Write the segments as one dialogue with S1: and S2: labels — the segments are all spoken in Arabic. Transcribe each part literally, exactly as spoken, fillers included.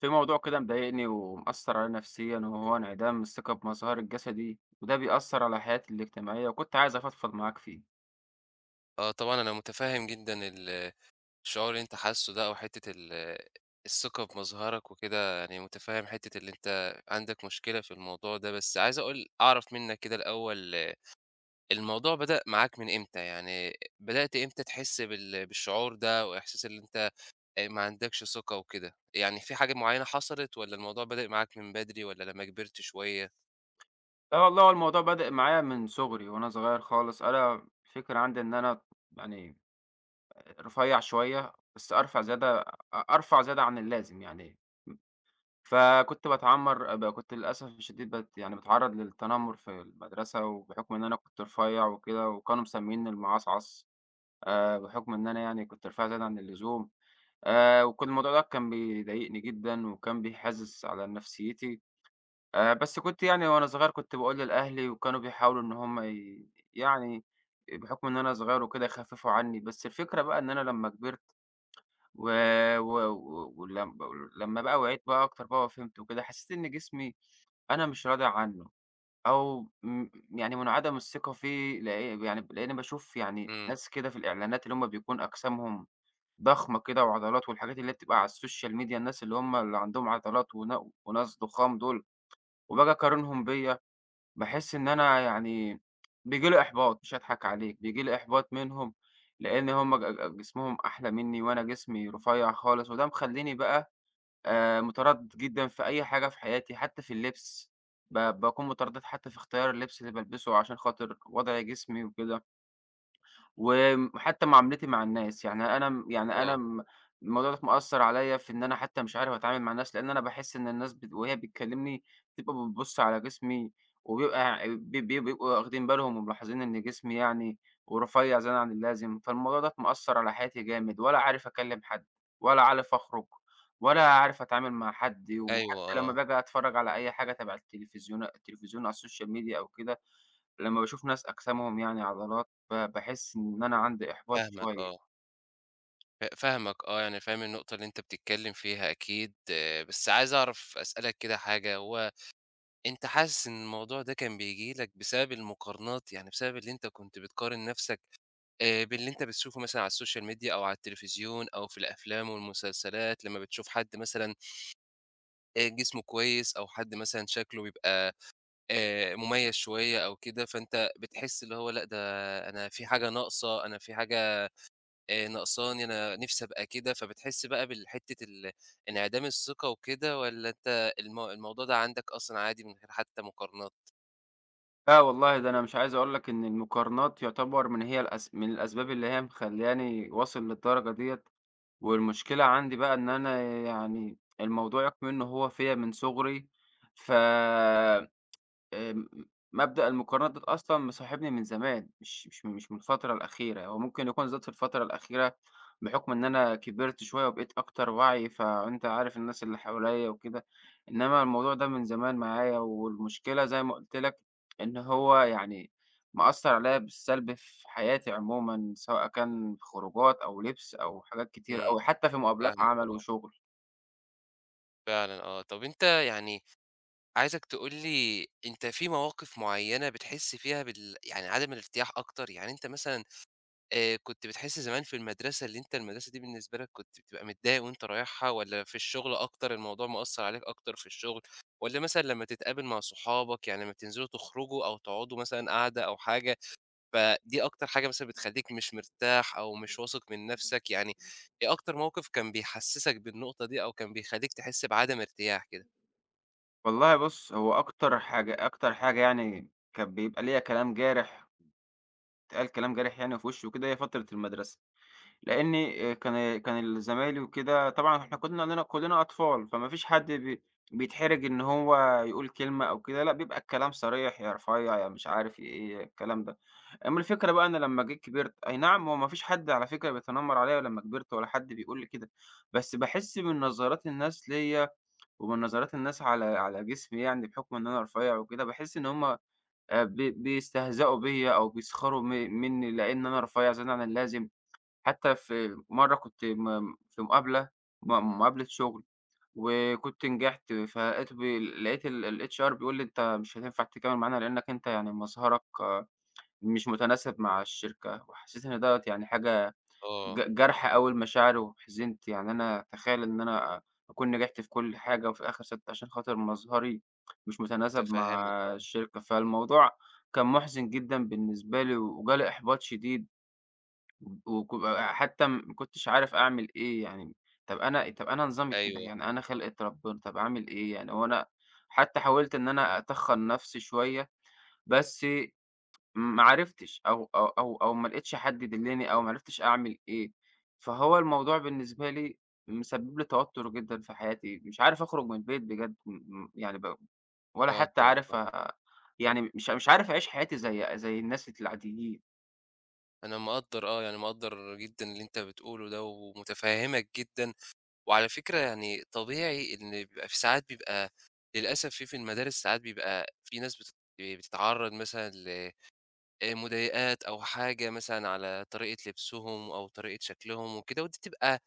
S1: في موضوع كده مضايقني ومأثر عليا نفسيًا، وهو انعدام الثقة بمظهري الجسدي، وده بيأثر على حياتي الاجتماعية، وكنت عايز أفضفض معاك فيه.
S2: آه طبعًا أنا متفهم جدًا ال الشعور اللي أنت حاسّه ده أو حتّة ال الثقة بمظهرك وكده، يعني متفهم حتّة اللي أنت عندك مشكلة في الموضوع ده، بس عايز أقول أعرف منّك كده الأول آه، الموضوع بدأ معاك من إمتى؟ يعني بدأت إمتى تحس بال بالشعور ده وإحساس اللي أنت آآ ما عندكش ثقة وكده؟ يعني في حاجة معيّنة حصلت والّا الموضوع بدأ معاك من بدري والّا لمّا كبرت شوية؟
S1: آه والله هو الموضوع بدأ معايا من صغري وأنا صغير خالص، أنا الفكرة عندي إن أنا يعني رفيّع شوية، بس أرفع زيادة أ أرفع زيادة عن اللازم يعني. فكنت باتعمّر ب كنت للأسف الشديد بت يعني باتعرّض للتنمر في المدرسة، وبحكم إن أنا كنت رفيّع وكده، وكانوا مسمينّي المعصعص. آآ بحكم إن أنا يعني كنت رفيع زيادة عن اللزوم. آآ وكان الموضوع ده كان بيضايقني جدًا وكان بيحِزّ على نفسيتي. آآ بس كنت يعني وأنا صغير كنت باقول لأهلي وكانوا بيحاولوا إن هم ي يعني بحُكم إن أنا صغير وكده يخفّفوا عنّي. بس الفكرة بقى إن أنا لمّا كبرت و و و ولم لمّا بقى وعيت بقى أكتر بقى وفهمت وكده، حسّيت إن جسمي أنا مش راضي عنّه، أو م يعني منعدم الثقة فيه، لأ يعني لإنّي باشوف يعني
S2: إمم،
S1: ناس كده في الإعلانات اللي هم بيكون أجسامهم ضخمة كده وعضلات، والحاجات اللي هي بتبقى على السوشيال ميديا، الناس اللي هم اللي عندهم عضلات ون- وناس ضخام دول، وباجي أقارنهم بيا، باحس إن أنا يعني بيجي لي إحباط، مش هضحك عليك بيجي لي إحباط منهم، لأن هم ج- ج- جسمهم أحلى مني وأنا جسمي رفيع خالص، وده مخليني بقى آه، متردد جدا في أي حاجة في حياتي حتى في اللبس. ب- بكون متردد حتى في اختيار اللبس اللي بلبسه عشان خاطر وضع جسمي وكده، وم حتى معاملتي مع الناس. يعني أنا م يعني أنا
S2: آه،
S1: م الموضوع دوّة مأثّر عليّا في إن أنا حتى مش عارف أتعامل مع الناس، لإن أنا باحس إن الناس بت وهي بتكلّمني بتبقى بتبُص على جسمي، وبيبقى بي بي بيبقوا واخدين بالهم وملاحظين إن جسمي يعني ورفيّع زيادة عن اللازم. فالموضوع دوّة مأثّر على حياتي جامد، ولا عارف أكلّم حد، ولا عارف أخرج، ولا عارف أتعامل مع حد.
S2: أيوه
S1: وحتى لمّا
S2: آه،
S1: باجي أتفرّج على أي حاجة تبع التلفزيون التلفزيون على السوشيال ميديا أو كده، لمّا باشوف ناس أجسامهم يعني عضلات، ب باحس إن أنا عندي إحباط
S2: فاهمك آه.
S1: شوية.
S2: ف فاهمك آه، يعني فاهم النقطة اللي أنت بتتكلّم فيها أكيد، آه، بس عايز أعرف أسألك كده حاجة، هو أنت حاسس إن الموضوع ده كان بييجي لك بسبب المقارنات، يعني بسبب اللي أنت كنت بتقارن نَفْسك آآ، باللي أنت بتشوفه مثلًا على السوشيال ميديا أو على التلفزيون أو في الأفلام والمسلسلات، لمّا بتشوف حد مثلًا آآ، جسمه كويس أو حد مثلًا شكله بيبقى آآ، مميز شوية أو كده، فأنت بتحس اللي هو لأ ده أنا في حاجة ناقصة، أنا في حاجة آآ ناقصاني، أنا نِفْسي أبقى كده، فبتحس بقى بالحتة ال انعدام الثقة وكده والّا أنت الم الموضوع ده عندك أصلًا عادي من غير حتى مقارنات؟
S1: لا والله، ده أنا مش عايز أقول لك إن المقارنات يُعتبر من هي الأس من الأسباب اللي هي مخلّياني واصل للدرجة ديّة، والمشكلة عندي بقى إن أنا يعني الموضوع يكمن إن هو فيّا من صُغري. ف آمم، مبدأ المقارنات ده أصلًا مصاحبني من زمان، مش مش مش من الفترة الأخيرة، هو ممكن يكون زاد في الفترة الأخيرة بحكم إن أنا كبرت شوية وبقيت أكتر وعي، فأنت عارف الناس اللي حواليّا وكده. إنما الموضوع ده من زمان معايا، والمشكلة زي ما قُلت لك إن هو يعني مأثّر عليّا بالسلب في حياتي عمومًا، سواء كان خروجات أو لبس أو حاجات كتير
S2: إمم،
S1: أوي، حتى في مقابلات
S2: فاهمك
S1: عمل
S2: آه،
S1: وشغل.
S2: فعلًا آه. طَب أنت يعني عايزك تقول لي أنت في مواقف معيّنة بتحس فيها بال يعني عدم الارتياح أكتر؟ يعني أنت مثلًا آآ كنت بتحس زمان في المدرسة اللي أنت المدرسة دي بالنسبة لك كنت بتبقى متضايق وأنت رايحها، والّا في الشغل أكتر الموضوع مأثّر عليك أكتر في الشغل، والّا مثلًا لمّا تتقابل مع صحابك يعني لمّا بتنزلوا تخرجوا أو تقعدوا مثلًا قعدة أو حاجة، فدي أكتر حاجة مثلًا بتخلّيك مش مرتاح أو مش واثق من نَفْسك، يعني إيه أكتر موقف كان بيحسّسك بالنقطة دي أو كان بيخلّيك تحس بعدم ارتياح كده؟
S1: والله بُص، هو أكتر حاجة أكتر حاجة يعني كان بيبقى ليّا كلام جارح، اتقال كلام جارح يعني في وشي وكده، هي فترة المدرسة، لإن آآ كان كان زمايلي وكده، طبعًا إحنا كنا كلنا كلنا أطفال، فما فيش حد بي بيتحرج إن هو يقول كلمة أو كده، لأ بيبقى الكلام صريح، يا رفيع يا مش عارف إيه الكلام ده. أمّا الفكرة بقى أنا لمّا جيت كبرت، أي نعم هو ما فيش حد على فكرة بيتنمر عليَّ لمّا كبرت ولا حد بيقول لي كده، بس باحس من نظرات الناس ليَّ ومن نظرات الناس على على جسمي يعني بحكم إن أنا رفيع وكده، باحس إن هُم آآ ب بيستهزئوا بيّا أو بيسخروا م منّي لإن أنا رفيّع زيادة عن اللازم. حتى في مرّة كنت م في مقابلة م مقابلة شغل وكنت نجحت، فلقيته بي لقيت ال الHR بيقول لي: "أنت مش هتنفع تكمّل معانا لإنّك أنت يعني مظهرك آه، مش متناسب مع الشركة." وحسّيت إن دوّة يعني حاجة ج
S2: آه،
S1: جرح أوي لمشاعري وحزنت، يعني أنا أتخيّل إن أنا أكون نجحت في كل حاجة وفي الآخر سِبت عشان خاطر مظهري مش متناسب مع
S2: متفهّمك آه،
S1: الشركة. فالموضوع كان مُحزِن جدًا بالنسبة لي وجالي إحباط شديد، وك حتّى ما كنتش عارف أعمل إيه يعني. طَب أنا طَب أنا نظامي كده،
S2: أيوه،
S1: يعني أنا خلقة ربنا، طَب أعمل إيه يعني هو أنا حتّى حاولت إن أنا أتخّن نَفْسي شوية، بس ما عرفتش أو أو أو أو ما لقيتش حد يدلّني أو ما عرفتش أعمل إيه. فهو الموضوع بالنسبة لي مسبب لي توتر جدًا في حياتي، مش عارف أخرج من البيت بجد م م يعني ب ولا حتى
S2: مقدّر
S1: عارف
S2: آه،
S1: أ يعني مش مش عارف أعيش حياتي زي زي الناس العاديين.
S2: أنا مقدّر آه، يعني مقدّر جدًا اللي أنت بتقوله ده ومتفهّمك جدًا. وعلى فكرة يعني طبيعي إن بيبقى في ساعات بيبقى للأسف في في المدارس ساعات بيبقى في ناس بتت بتتعرّض مثلًا لمضايقات أو حاجة مثلًا على طريقة لبسهم أو طريقة شكلهم وكده، ودي بتبقى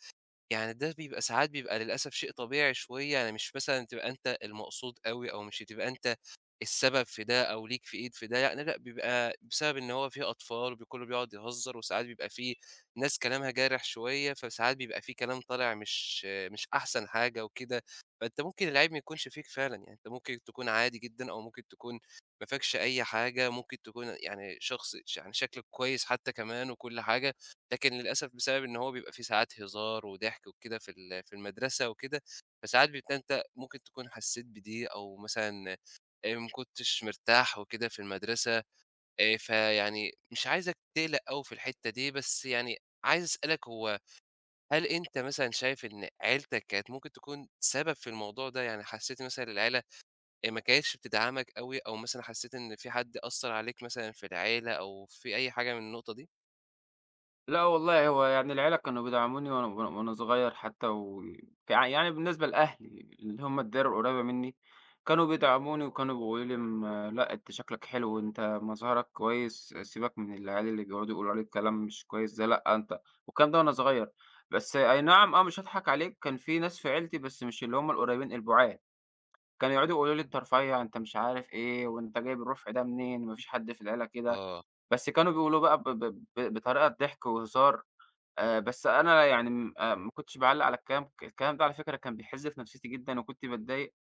S2: يعني ده بيبقى ساعات بيبقى للأسف شيء طبيعي شوية، يعني مش مثلًا تبقى أنت المقصود أوي أو مش هتبقى أنت السبب في ده أو ليك في إيد في ده، يعني لأ، بيبقى بسبب إن هو في أطفال وب كلّه بيقعد يهزّر وساعات بيبقى في ناس كلامها جارح شوية، فساعات بيبقى في كلام طالع مش مش أحسن حاجة وكده، فأنت ممكن العيب ما يكونش فيك فعلًا، يعني أنت ممكن تكون عادي جدًا أو ممكن تكون ما فيكش أي حاجة، ممكن تكون يعني شخص ش يعني شكلك كويس حتى كمان وكل حاجة. لكن للأسف بسبب إن هو بيبقى فيه ساعات هزار وضحك وكده في ال في المدرسة وكده، فساعات بت أنت ممكن تكون حسّيت بدي أو مثلًا آآ ما كنتش مرتاح وكده في المدرسة، آآ فيعني مش عايزك تقلق أوي في الحتّة دي، بس يعني عايز أسألك هو هل أنت مثلًا شايف إن عيلتك كانت ممكن تكون سبب في الموضوع ده؟ يعني حسّيت مثلًا العيلة آآ ما كانتش بتدعمك أوي أو مثلًا حسّيت إن في حد أثّر عليك مثلًا في العيلة أو في أي حاجة من النقطة دي؟
S1: لأ والله، هو يعني العيلة كانوا بيدعموني وأنا وأنا وأنا صغير حتى و يع يعني بالنسبة لأهلي اللي هم الدايرة القريبة منّي، كانوا بيدعموني وكانوا بيقولوا لي م لأ أنت شكلك حلو، أنت مظهرك كويس، سيبك من العيال اللي بيقعدوا يقولوا عليك كلام مش كويس ده، لأ أنت، والكلام ده وأنا صغير. بس أي نعم، آه مش هاضحك عليك، كان في ناس في عيلتي بس مش اللي هم القريبين، البُعاد، كانوا يقعدوا يقولوا لي أنت رفيّع، أنت مش عارف إيه، وأنت جايب الرفع ده منين، ما فيش حد في العيلة كده،
S2: آه،
S1: بس كانوا بيقولوا بقى ب ب ب بطريقة ضحك وهزار. آآ، بس أنا يعني م آآ، ما كنتش باعلّق على الكلام الكلام ده، على فكرة كان بيحِز في نفسيتي جدًا وكنت باتضايق،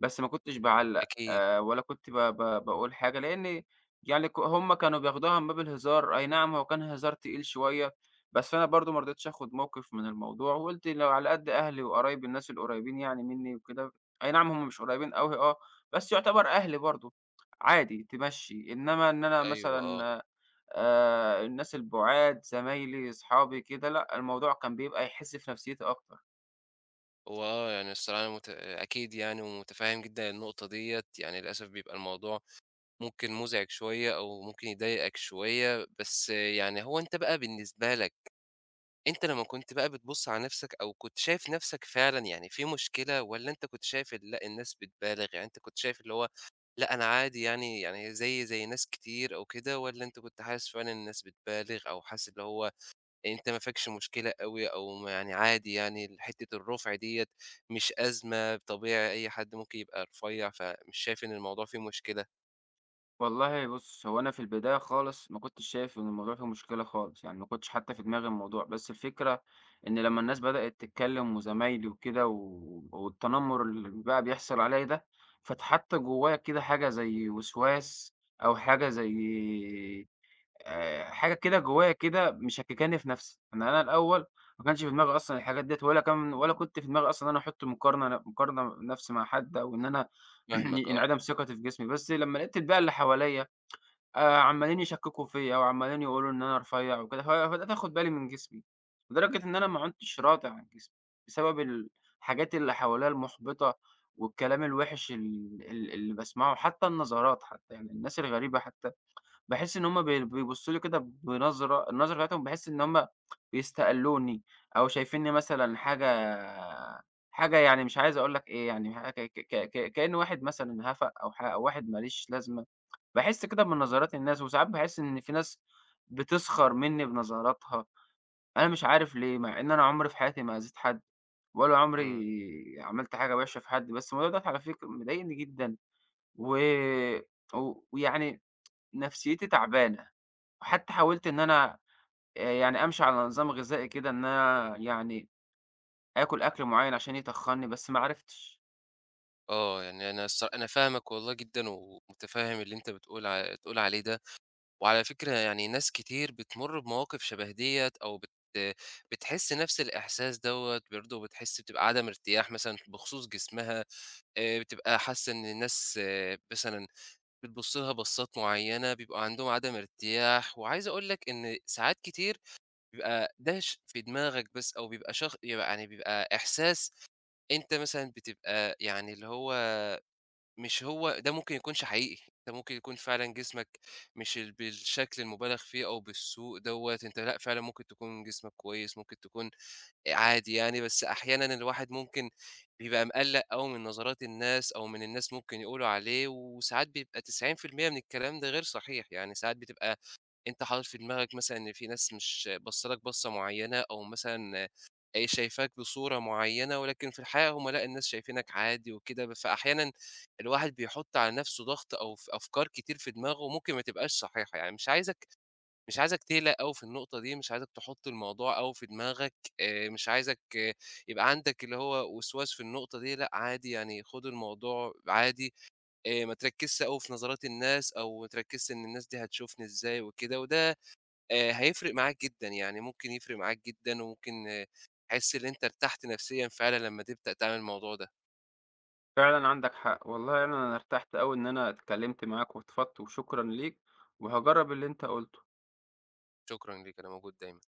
S1: بس ما كنتش باعلّق
S2: أكيد،
S1: آآ، ولا كنت ب ب باقول حاجة، لإن يعني ك هم كانوا بياخدوها من باب الهزار، أي نعم هو كان هزار تقيل شوية، بس أنا برضه ما رضيتش آخُد موقِف من الموضوع، وقُلت لو على قد أهلي وقرايبي الناس القريبين يعني منّي وكده، أي نعم هم مش قريبين أوي آه، بس يُعتبر أهلي برضه، عادي تمشّي، إنّما إن أنا
S2: أيوه، آه.
S1: مثلًا آآ الناس البُعاد، زمايلي، أصحابي كده، لأ، الموضوع كان بيبقى يحِس في نفسيّتي أكتر.
S2: هو آه، يعني الصراحة أنا مت أكيد يعني ومتفهّم جدًا النقطة ديّة، يعني للأسف بيبقى الموضوع ممكن مُزعِج شوية أو ممكن يضايقك شوية، بس يعني هو أنت بقى بالنسبة لك، أنت لمّا كنت بقى بتبُص على نَفْسك أو كنت شايف نَفْسك فعلًا يعني في مشكلة والّا أنت كنت شايف ال لأ الناس بتبالغ، يعني أنت كنت شايف اللي هو لأ أنا عادي يعني يعني زيي زي ناس كتير أو كده، والّا أنت كنت حاسس فعلًا الناس بتبالغ أو حاسس اللي هو أنت ما فيكش مشكلة أوي أو ما يعني عادي يعني حتّة الرُفْع ديّة مش أزمة، طبيعي أي حد ممكن يبقى رفيّع، فمش شايف إن الموضوع فيه مشكلة.
S1: والله بُص، هو أنا في البداية خالص ما كنتش شايف إن الموضوع فيه مشكلة خالص، يعني ما كنتش حتّى في دماغي الموضوع، بس الفكرة إن لمّا الناس بدأت تتكلّم وزمايلي وكده و والتنمُر اللي بقى بيحصل عليّا ده، فاتحَط جوّايا كده حاجة زي وسواس أو حاجة زي آآ حاجة كده جوايا كده مشكّكاني في نَفْسي، إن أنا الأول ما كانش في دماغي أصلًا الحاجات ديّة، ولا كان ولا كنت في دماغي أصلًا إن أنا أحُط مقارنة مقارنة نَفْسي مع حد أو إن أنا
S2: فاهمك آه.
S1: انعدم ثقتي في جسمي. بس لمّا لقيت البيئة اللي حواليّا آآ عمّالين يشكّكوا فيّا وعمّالين يقولوا إن أنا رفيّع وكده، ف فبدأت آخُد بالي من جسمي، لدرجة إن أنا ما عُدتش راضي عن جسمي بسبب الحاجات اللي حواليّا المُحبطة والكلام الوِحِش ال ال اللي باسمعه، حتّى النظرات حتّى، يعني الناس الغريبة حتّى. باحس إن هُم بي بيبصوا لي كده بنظرة النظرة بتاعتهم، باحس إن هُم بيستقلوني، أو شايفينّي مثلًا حاجة حاجة يعني مش عايز أقول لك إيه، يعني حاجة ك ك ك كإنّي واحد مثلًا هَفَق، أو ح أو واحد ما ليش لازمة. باحس كده من نظرات الناس، وساعات باحس إن في ناس بتسخر منّي بنظراتها، أنا مش عارف ليه، مع إن أنا عمري في حياتي ما أذيت حد، ولا عمري
S2: إمم.
S1: عملت حاجة وِحشة في حد، بس الموضوع دوّة على فكرة مضايقني جدًا، و و ويعني نفسيتي تعبانة. حتى حاولت إن أنا آآ يعني أمشي على نظام غذائي كده إن أنا يعني آكل أكل معيّن عشان يتخنّي، بس ما عرفتش.
S2: آه. يعني أنا الص أنا فاهمك والله جدًا ومُتفهِّم اللي أنت بتقول ع بتقول عليه ده. وعلى فكرة يعني ناس كتير بتمُر بمواقف شَبه ديّة أو بت بتحِس نَفْس الإحساس دوّة برضه وبتحِس بتبقى عدم ارتياح مثلًا بخصوص جسمها، آآ بتبقى حاسّة إن الناس آه، مثلًا بتبُص لها بصّات معيّنة، بيبقى عندهم عدم ارتياح، وعايز أقول لك إن ساعات كتير بيبقى ده ش في دماغك بس أو بيبقى شخ يعني بيبقى إحساس أنت مثلًا بتبقى يعني اللي هو مش هو ده ممكن يكونش حقيقي، ده ممكن يكون فعلًا جسمك مش ال بالشكل المُبالغ فيه أو بالسوء دوّة، أنت لأ فعلًا ممكن تكون جسمك كويس، ممكن تكون عادي يعني، بس أحيانًا الواحد ممكن بيبقى مقلّق أوي من نظرات الناس أو من الناس ممكن يقولوا عليه، وساعات بيبقى تسعين في المية من الكلام ده غير صحيح، يعني ساعات بتبقى أنت حاطط في دماغك مثلًا إن في ناس مش باصة لك بصّة معيّنة أو مثلًا آآ شايفاك بصورة معيّنة، ولكن في الحقيقة هم لأ، الناس شايفينك عادي وكده، ب فأحيانًا الواحد بيحُط على نَفْسه ضغط أو ف أفكار كتير في دماغه ممكن ما تبقاش صحيحة، يعني مش عايزك مش عايزك تقلق أوي في النقطة دي، مش عايزك تحُط الموضوع أوي في دماغك، آآ مش عايزك آه، يبقى عندك اللي هو وسواس في النقطة دي، لأ عادي يعني خُد الموضوع عادي، آآ ما تركّزش أوي في نظرات الناس أو ما تركّزش إن الناس دي هتشوفني إزاي وكده، وده آآ هيفرق معاك جدًا، يعني ممكن يفرق معاك جدًا وممكن آه، تحس إن أنت ارتحت نفسيًا فعلًا لمّا تبدأ تعمل الموضوع ده.
S1: فعلًا عندك حق، والله أنا أنا ارتحت أوي إن أنا اتكلمت معاك واتفضت وشكرًا ليك، وهاجرّب اللي أنت قُلته.
S2: شكرًا ليك، أنا موجود دايمًا.